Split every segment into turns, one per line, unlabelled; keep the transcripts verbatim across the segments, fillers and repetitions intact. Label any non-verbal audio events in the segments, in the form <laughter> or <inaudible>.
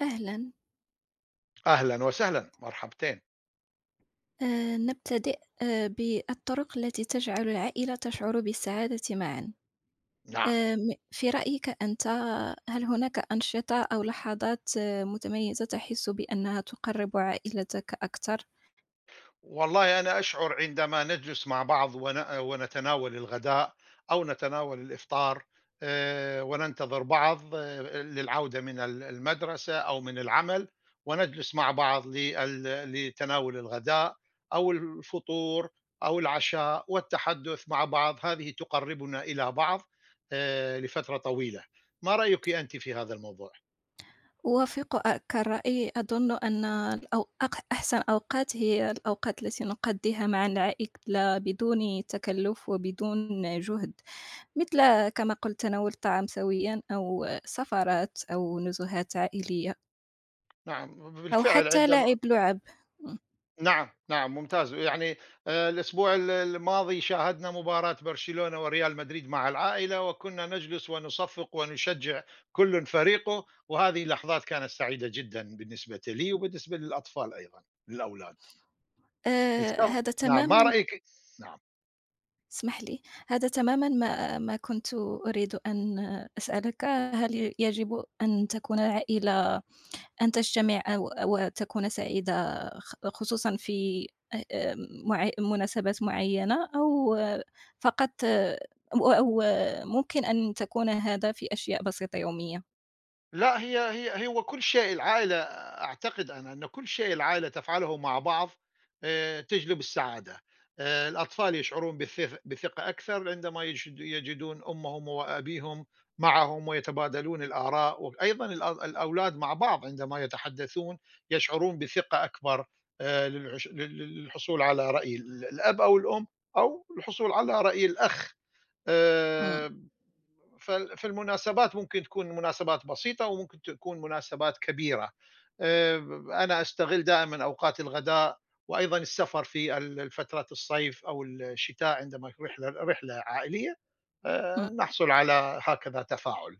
أهلا.
أهلًا وسهلًا، مرحبتين،
آه، نبتدئ آه، بالطرق التي تجعل العائلة تشعر بالسعادة معا.
نعم،
آه، م- في رأيك أنت، هل هناك أنشطة أو لحظات آه، متميزة تحس بأنها تقرب عائلتك أكثر؟
والله أنا أشعر عندما نجلس مع بعض ون ونتناول الغداء أو نتناول الإفطار آآ، وننتظر بعض آه، للعودة من ال المدرسة أو من العمل، ونجلس مع بعض لل لتناول الغداء أو الفطور أو العشاء والتحدث مع بعض، هذه تقربنا إلى بعض آآ، لفترة طويلة، ما رأيِك أنتِ في هذا الموضوع؟
أوافقك الرأي. أظن أن الأو- أق- أحسن أوقات هي الأوقات التي نقضيها مع العائلة بدون تكلف وبدون جهد، مثل كما قلت تناول الطعام سويا أو سفرات أو نزهات عائلية
نعم،
أو
بالفعل
حتى
عندما.
لاعب لُعَب.
نعم، نعم ممتاز، يعني آآ الأسبوع ال الماضي شاهدنا مباراة برشلونة وريال مدريد مع العائلة، وكنا نجلس ونصفق ونشجع كلٌ فريقه، وهذه لحظات كانت سعيدة جدًا بالنسبة لي وبالنسبة للأطفال أيضًا، للأولاد.
آآ
السف
هذا
نعم، ما
تمامًا.
رأيك. نعم.
اسمح لي، هذا تمامًا ما ما كنت أريد أن أسألك، هل يجب أن تكون العائلة، أن تجتمع أو وتكون سعيدة، خ خصوصًا في أ مع مناسبات معيّنة أو آه، فقط آه، أو أو آه، ممكن أن تكون هذا في أشياء بسيطة يومية؟
لأ، هي هي هو كل شيء العائلة، أعتقد أنا أن كل شيء العائلة تفعله مع بعض آآ، تجلب السعادة، آآ، الأطفال يشعرون بالثف بثقة أكثر عندما يجد يجدون أمهم وأبيهم معهم ويتبادلون الآراء، وأيضًا الأ الأولاد مع بعض عندما يتحدثون يشعرون بثقة أكبر آآ، للعش لل للحصول على رأي ال الأب أو الأم أو الحصول على رأي الأخ.
إمم.
آآ فال- فالمناسبات ممكن تكون مناسبات بسيطة وممكن تكون مناسبات كبيرة. آه، أنا أستغل دائما أوقات الغداء، وأيضا السفر في ال- فترة الصيف أو الشتاء عندما رحلة رحلة عائلية آه،
إمم.
نحصل على هكذا تفاعل.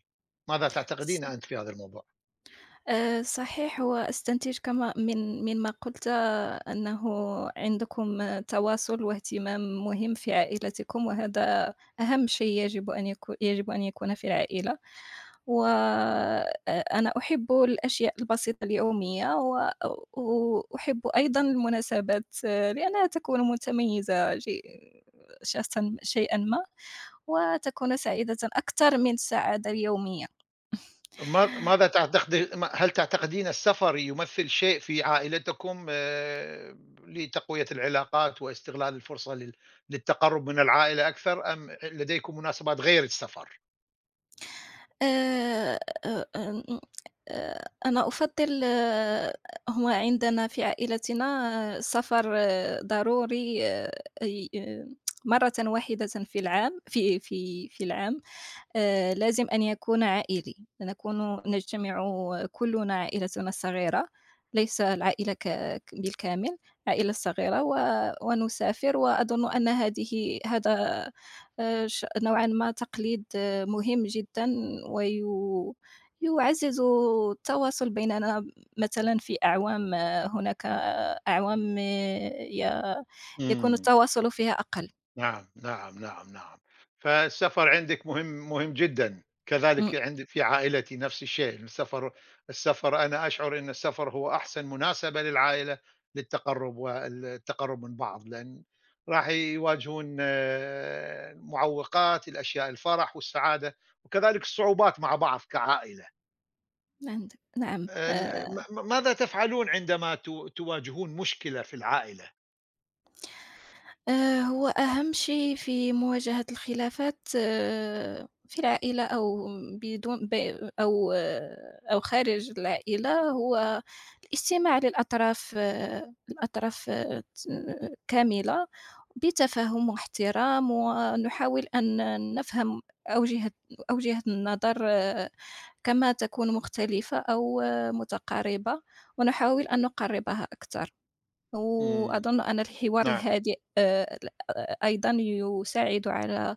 ماذا تعتقدين أنت في هذا الموضوع؟
آآ صحيح، هو أستنتج كما من مما قُلت أنه عندكم تواصل واهتمام مهم في عائلتكم، وهذا أهم شيء يجب أن يكو يجب أن يكون في العائلة، و أ أنا أحب الأشياء البسيطة اليومية، و وأحب أيضًا المناسبات، آه، لأنها تكون متميزة، شيء شخصًا شيئًا ما، وتكون سعيدة أكثر من السعادة اليومية.
ما ماذا تعتقد ما هل تعتقدين السفر يمثل شيء في عائلتكم، آآ، لتقوية العلاقات واستغلال الفرصة لل للتقرّب من العائلة أكثر، أم لديكم مناسبات غير السفر؟
آآ أ آمم، آآ أنا أفضّل. آه، هو عندنا في عائلتنا آه، السفر آه، ضروري، آآ أي آه، مرةً واحدةً في العام، في في في العام. آآ لازم أن يكون عائلي، نكون نجتمع كلنا عائلتنا الصغيرة، ليس العائلة ك ك بالكامل، العائلة الصغيرة و ونسافر، وأظن أن هذه هذا آآ ش نوعًا ما تقليد، آه، مهم جدًا، وي يعزز التواصل بيننا. مثلًا في أعوام، آه، هناك أعوام، آه، ي يكون
إمم.
التواصل فيها أقل.
نعم، نعم، نعم، نعم. فالسفر عندِك مهم مهم جدًا،
إمم.
كذلك عند في عائلتي نفس الشيء. السفر السفر، أنا أشعر إن السفر هو أحسن مناسبة للعائلة للتقرُّب وال التقرُّب من بعض، لأن راح يواجهون المعوّقات، الأشياء الفرح والسعادة وكذلك الصعوبات مع بعض كعائلة.
عند نعم.
آه، ال
آآ
م م ماذا تفعلون عندما ت تواجهون مشكلة في العائلة؟
آآ هو أهم شيء في مواجهة الخلافات، آه، في العائلة، أو بدون ب أو آه، أو خارج العائلة، هو الاستماع للأطراف، آه، الأطراف، آه، ت كاملة، بتفاهم واحترام، ونحاول أن نفهم أوجهة أوجهة النظر، آه، كما تكون مختلفة أو آه، متقاربة، ونحاول أن نقربها أكثر.
إمم.
وأظن أن الحوار
نعم.
الهادئ آآ أيضًا يساعد على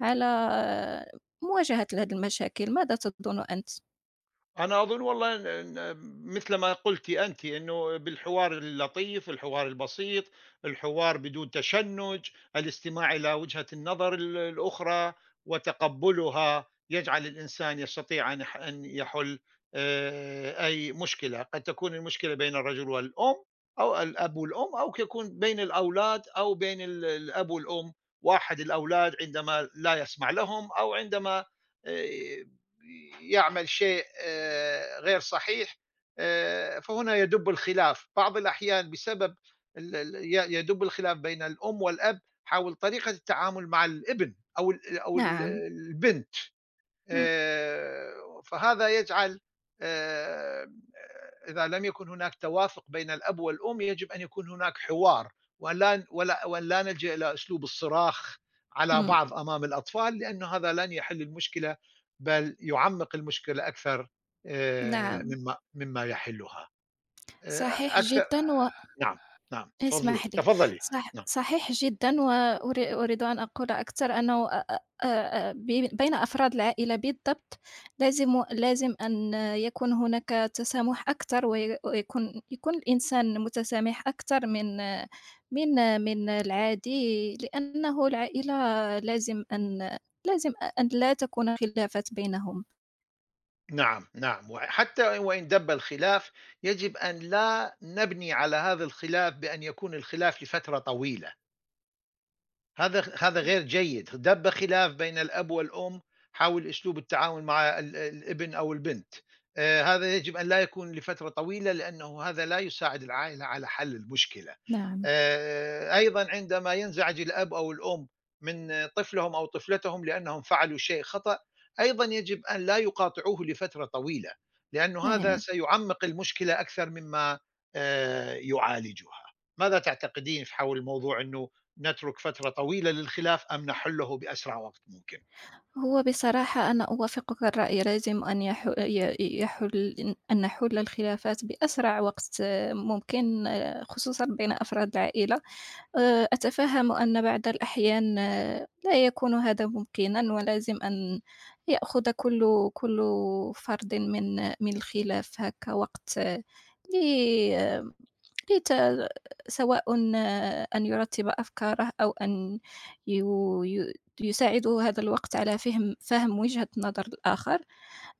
على آه، مواجهة هذه المشاكل. ماذا تظن أنت؟
أنا أظن والله إن. إن مثل ما قُلتِ أنتِ، إنه بالحوار اللطيف، الحوار البسيط، الحوار بدون تشنُّج، الاستماع إلى وجهة النظر ال الأخرى وتقبُّلها يجعل الإنسان يستطيع أن يح أن يحُل آآ أي مشكلة. قد تكون المشكلة بين الرجل والأم أو الأب والأم، أو يكون بين الأولاد أو بين ال الأب والأم. واحد الأولاد عندما لا يسمع لهم، أو عندما آآ يعمل شيء آه، غير صحيح. آه، فهنا يدب الخلاف بعض الأحيان بسبب ال- ال- ي- يدب الخلاف بين الأم والأب حول طريقة التعامل مع الابن، أو ال- أو ال-
نعم.
البنت.
إمم.
آآ فهذا يجعل. آآ إذا لم يكن هناك توافق بين الأب والأم، يجب أن يكون هناك حوار، ولا ن ولا وأن لا نلجأ إلى أسلوب الصراخ على
إمم.
بعض أمام الأطفال، لأنه هذا لن يحل المشكلة، بل يعمّق المشكلة أكثر آآ
نعم.
مما مما يحلها. آآ
صحيح
أكثر.
جدًا. و
نعم، نعم، تفضلي،
اسمح لي،
تفضلي.
صح
نعم.
صحيح جدًا، و أري أريد أن أقول أكثر، أنه أ أ أ بي بين أفراد العائلة بالضبط، لازم لازم أن يكون هناك تسامح أكثر، وي ويكون يكون الإنسان متسامح أكثر من من من العادي، لأنه العائلة لازم أن لازم أ أن لا تكون خلافات بينهم.
نعم، نعم، وحتى وإن دَب الخلاف، يجب أن لا نبني على هذا الخلاف بأن يكون الخلاف لفترة طويلة. هذا خ هذا غير جيد. دَب خلاف بين الأب والأم حول أسلوب التعامل مع ال الابن أو البنت، آآ هذا يجب أن لا يكون لفترة طويلة، لأنه هذا لا يساعد العائلة على حل المشكلة.
نعم.
آآ أيضًا عندما ينزعج الأب أو الأم من طفلهم أو طفلتهم لأنهم فعلوا شيء خطأ، أيضًا يجب أن لا يقاطعوه لفترة طويلة، لأنه هذا
إيه.
سيعمّق المشكلة أكثر مما آآ يعالجها. ماذا تعتقدين في حول موضوع إنه نترك فترة طويلة للخلاف، أم نحله بأسرع وقت ممكن؟
هو بصراحة أنا أوافقك الرأي، لازم أن يح... ي- يحل أن نحل الخلافات بأسرع وقت آه، ممكن، آه، خصوصا بين أفراد العائلة. آه، أتفهم أن بعض الأحيان آه، لا يكون هذا ممكنا، ولازم أن يأخذ كل كل فرد من من الخلاف هكا وقت، آه، Peter سواء أن يرتب أفكاره أو أن يو يو يساعده هذا الوقت على فهم فهم وجهة نظر الآخر.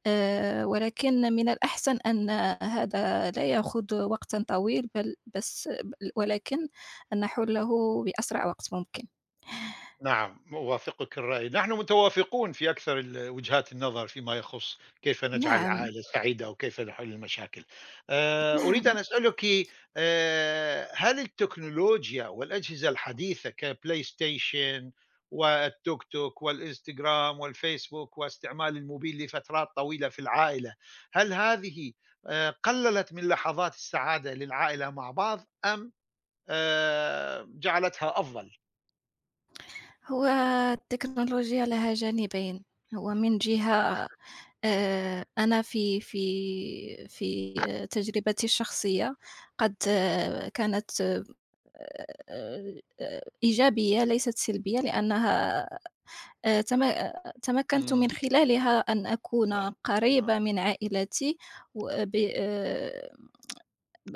آآ، ولكن من الأحسن أن هذا لا يأخذ وقتًا طويل، بل بس ولكن أن نحله بأسرع وقت ممكن.
نعم، أوافقك الرأي، نحن متوافقون في أكثر ال- وجهات النظر فيما يخص كيف نجعل
نعم.
العائلة سعيدة، أو كيف نحل المشاكل. آه، أريد
نعم.
أن أسألك. آه، هل التكنولوجيا والأجهزة الحديثة كبلاي ستيشن والتوك توك والإنستغرام والفيسبوك واستعمال الموبيل لفترات طويلة في العائلة، هل هذه آه، قللت من لحظات السعادة للعائلة مع بعض، أم آآ جعلتها أفضل؟
هو التكنولوجيا لها جانبين. هو من جهة، آآ أنا في في في آه، تجربتي الشخصية، قد آه، كانت آآ إيجابية ليست سلبية، لأنها آآ تم آه، تمكنت من
إمم.
خلالها أن أكون
نعم، نعم،
قريبة من عائلتي، و ب آآ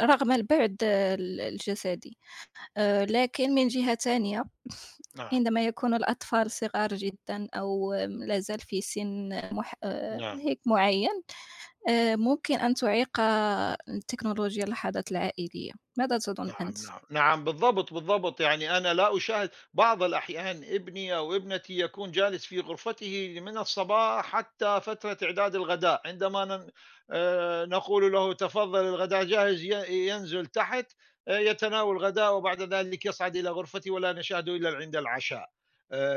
رغم البعد ال الجسدي. آآ لكن من جهة تانية <laughs>
نعم،
عندما يكون الأطفال صغار جدًا، أو آم، لا زال في سن مح آآ
نعم.
هيك معيّن، آآ ممكن أن تعيق التكنولوجيا اللحظات العائلية. ماذا تظن أنت؟
نعم، نعم، نعم، بالضبط، بالضبط، يعني أنا لا أشاهد بعض الأحيان ابني أو ابنتي يكون جالس في غرفته من الصباح حتى فترة إعداد الغداء، عندما ن آآ نقول له تفضل الغداء جاهز، ي ينزل تحت آآ يتناول الغداء، وبعد ذلك يصعد إلى غرفته ولا نشاهده إلا عند العشاء.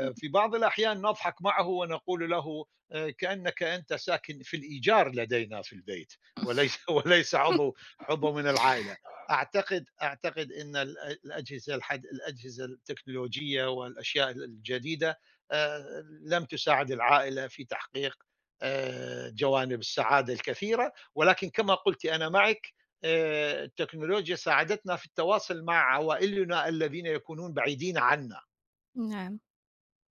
إمم.
في بعض الأحيان نضحك معه ونقول له آآ كأنك أنت ساكن في الإيجار لدينا في البيت، وليس <laughs> وليس عضو عضو من العائلة. اعتقد اعتقد ان ال- الاجهزه الحد الاجهزه التكنولوجيه والاشياء الجديده آه، لم تساعد العائله في تحقيق آه، جوانب السعاده الكثيره، ولكن كما قلت انا معك آه، التكنولوجيا ساعدتنا في التواصل مع عوائلنا الذين يكونون بعيدين عنا.
نعم.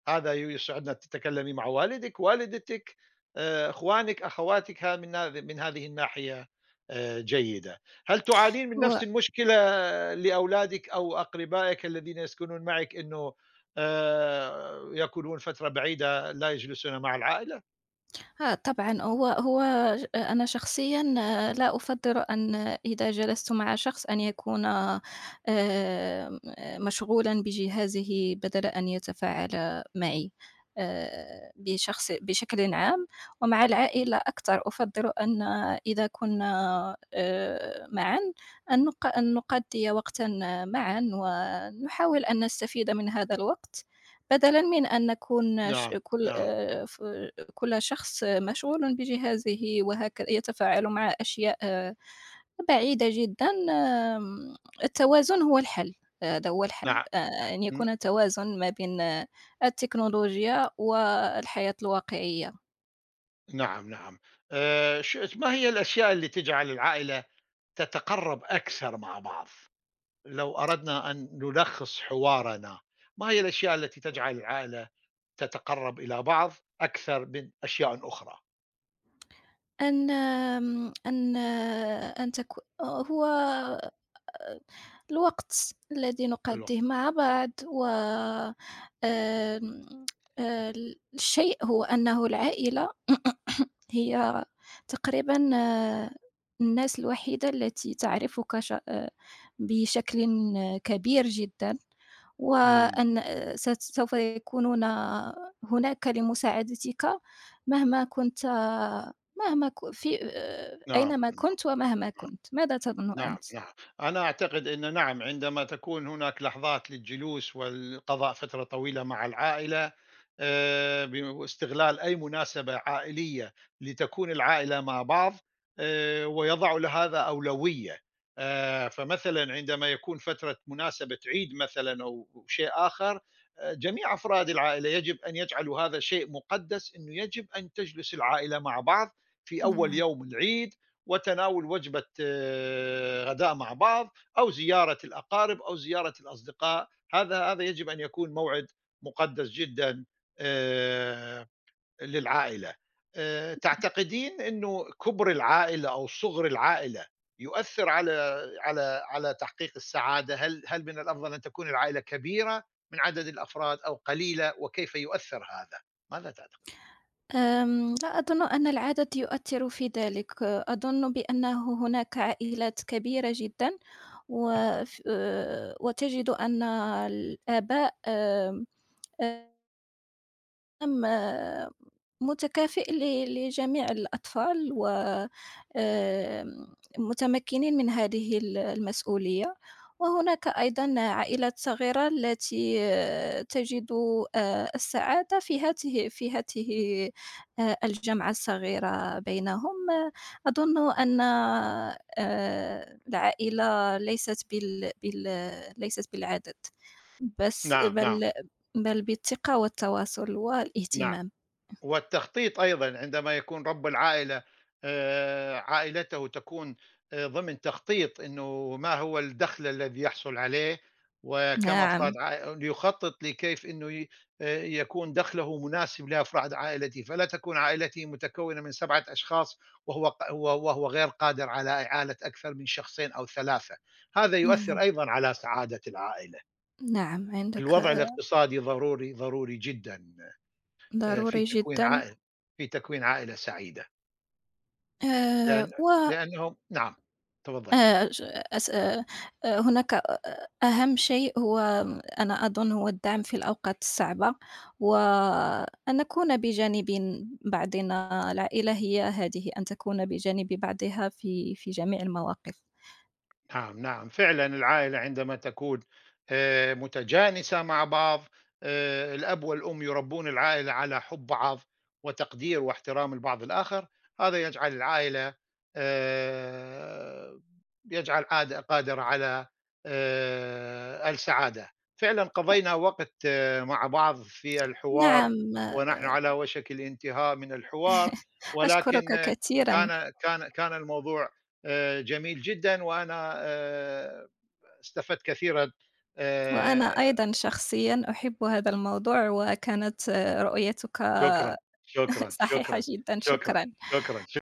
هذا ي يسعدنا أن تتكلمي مع والدِك، والدتِك، آآ، إخوانِك، أخواتِك، ها من هذه من هذه الناحية آآ، جيدة. هل تعانين من
هو
نفس المشكلة لأولادِك أو أقربائِك الذين يسكنون معِك، إنه آآ، يكونون فترة بعيدة لا يجلسون مع العائلة؟
آه طبعًا. هو هو ج أنا شخصيًا آه، لا أُفضّل أن، إذا جلست مع شخص، أن يكون آمم مشغولًا بجهازه بدل أن يتفاعل معي، آآ بشخص بشكل عام. ومع العائلة أكثر أُفضّل أن، إذا كنا آآ معًا، أن نق أن نقضّي وقتًا معًا، ونحاول أن نستفيد من هذا الوقت، بدلًا من أن نكون ش
نعم،
كل
نعم،
آآ ف كل شخص مشغول بجهازه، وهكذا يتفاعل مع أشياء آه، بعيدة جدًا. آمم، التوازن هو الحل. آه، هذا هو الحل،
نعم،
آآ، أن
ن
يكون توازن ما بين آه، التكنولوجيا والحياة الواقعية.
نعم، نعم. آآ، ش ما هي الأشياء اللي تجعل العائلة تتقرب أكثر مع بعض؟ لو أردنا أن نلخص حوارنا، ما هي الأشياء التي تجعل العائلة تتقرب إلى بعض أكثر من أشياء أخرى؟
أن آمم، أن آه، أن تك هو الوقت الذي نقضيه
الوقت.
مع بعض. و آمم، آآ، الشيء هو أنه العائلة هي تقريبًا آه، الناس الوحيدة التي تعرفك ش آآ، بشكل كبير جدًا،
إمم،
وأن آه، ست سوف يكونون هناك لمساعدتك، مهما كنت، مهما ك في آآ،
نعم.
أينما كنت ومهما كنت. ماذا تظن أنت؟
نعم، نعم. أنا أعتقد أن، نعم، عندما تكون هناك لحظات للجلوس والقضاء فترة طويلة مع العائلة، آآ ب واستغلال أي مناسبة عائلية لتكون العائلة مع بعض، آآ ويضع لهذا أولوية. آآ فمثلًا عندما يكون فترة مناسبة عيد مثلًا أو شيء آخر، آآ جميع أفراد العائلة يجب أن يجعلوا هذا شيء مقدس، إنه يجب أن تجلس العائلة مع بعض في أول
نعم.
يوم العيد. وتناول وجبة آه، غداء مع بعض، أو زيارة الأقارب أو زيارة الأصدقاء، هذا هذا يجب أن يكون موعد مقدس جدا آه، للعائلة. آه، تعتقدين أنه كبر العائلة أو صغر العائلة يؤثر على على على تحقيق السعاده؟ هل هل من الافضل ان تكون العائله كبيره من عدد الافراد، او قليله، وكيف يؤثر هذا؟ ماذا تعتقدين؟
آمم، لا أظن أن العدد يؤثر في ذلك. أظن بأنه هناك عائلات كبيرة جدًا، وف أه، وتجد أن الآباء، آمم، آآ أم متكافئ ل لجميع الأطفال، و آمم، متمكنين من هذه ال المسؤولية. وهناك أيضًا عائلات صغيرة التي آه، تجد آآ، السعادة في هاته في هاته آآ، الجمعة الصغيرة بينهم. آه، أظن أن آآ، العائلة ليست بال بال ليست بالعدد، بس
نعم، نعم،
بل بل بالثقة والتواصل
نعم.
والاهتمام.
والتخطيط أيضًا، عندما يكون رب العائلة آآ، عائلته تكون آآ، ضمن تخطيط، إنه ما هو الدخل الذي يحصل عليه، وكم أفراد
نعم.
عائ ليخطط لكيف إنه ي آآ، يكون دخله مناسب لأفراد عائلته، فلا تكون عائلته متكونة من سبعة أشخاص وهو ق وهو وهو غير قادر على إعالة أكثر من شخصين أو ثلاثة. هذا يؤثر
نعم.
أيضًا على سعادة العائلة.
نعم. عندك
الوضع
آه،
الاقتصادي ضروري، ضروري جدًا. آآ في
ضروري
تكوين
جدًا.
عائل في تكوين عائلة سعيدة،
آآ
لأن
و
لأنهم، نعم، تفضلي.
آآ ج أس آآ هناك أ أهم شيء هو، أنا أظن، هو الدعم في الأوقات الصعبة، وأن نكون بجانب بعضنا. العائلة هي هذه، أن تكون بجانب بعضها في في جميع المواقف.
نعم، نعم، فعلًا العائلة عندما تكون آآ متجانسة مع بعض، آآ الأب والأم يربون العائلة على حُب بعض، وتقدير واحترام البعض الآخر، هذا يجعل العائلة آآ يجعل عاد قادرة على آآ السعادة. فعلًا قضينا وقت آه، مع بعض في الحوار،
نعم.
ونحن على وشك الانتهاء من الحوار، ولكن
أشكرك
آه،
كثيرًا.
كان كان كان الموضوع آآ جميل جدًا، وأنا آآ استفدت كثيرًا
وأنا
آآ
أيضًا شخصيًا أحب هذا الموضوع، وكانت آه، رؤيتك
شكرًا،
<laughs>
شكرًا،
صحيحة
شكرًا،
جدًا.
شكرًا،
شكرًا.
شكرًا.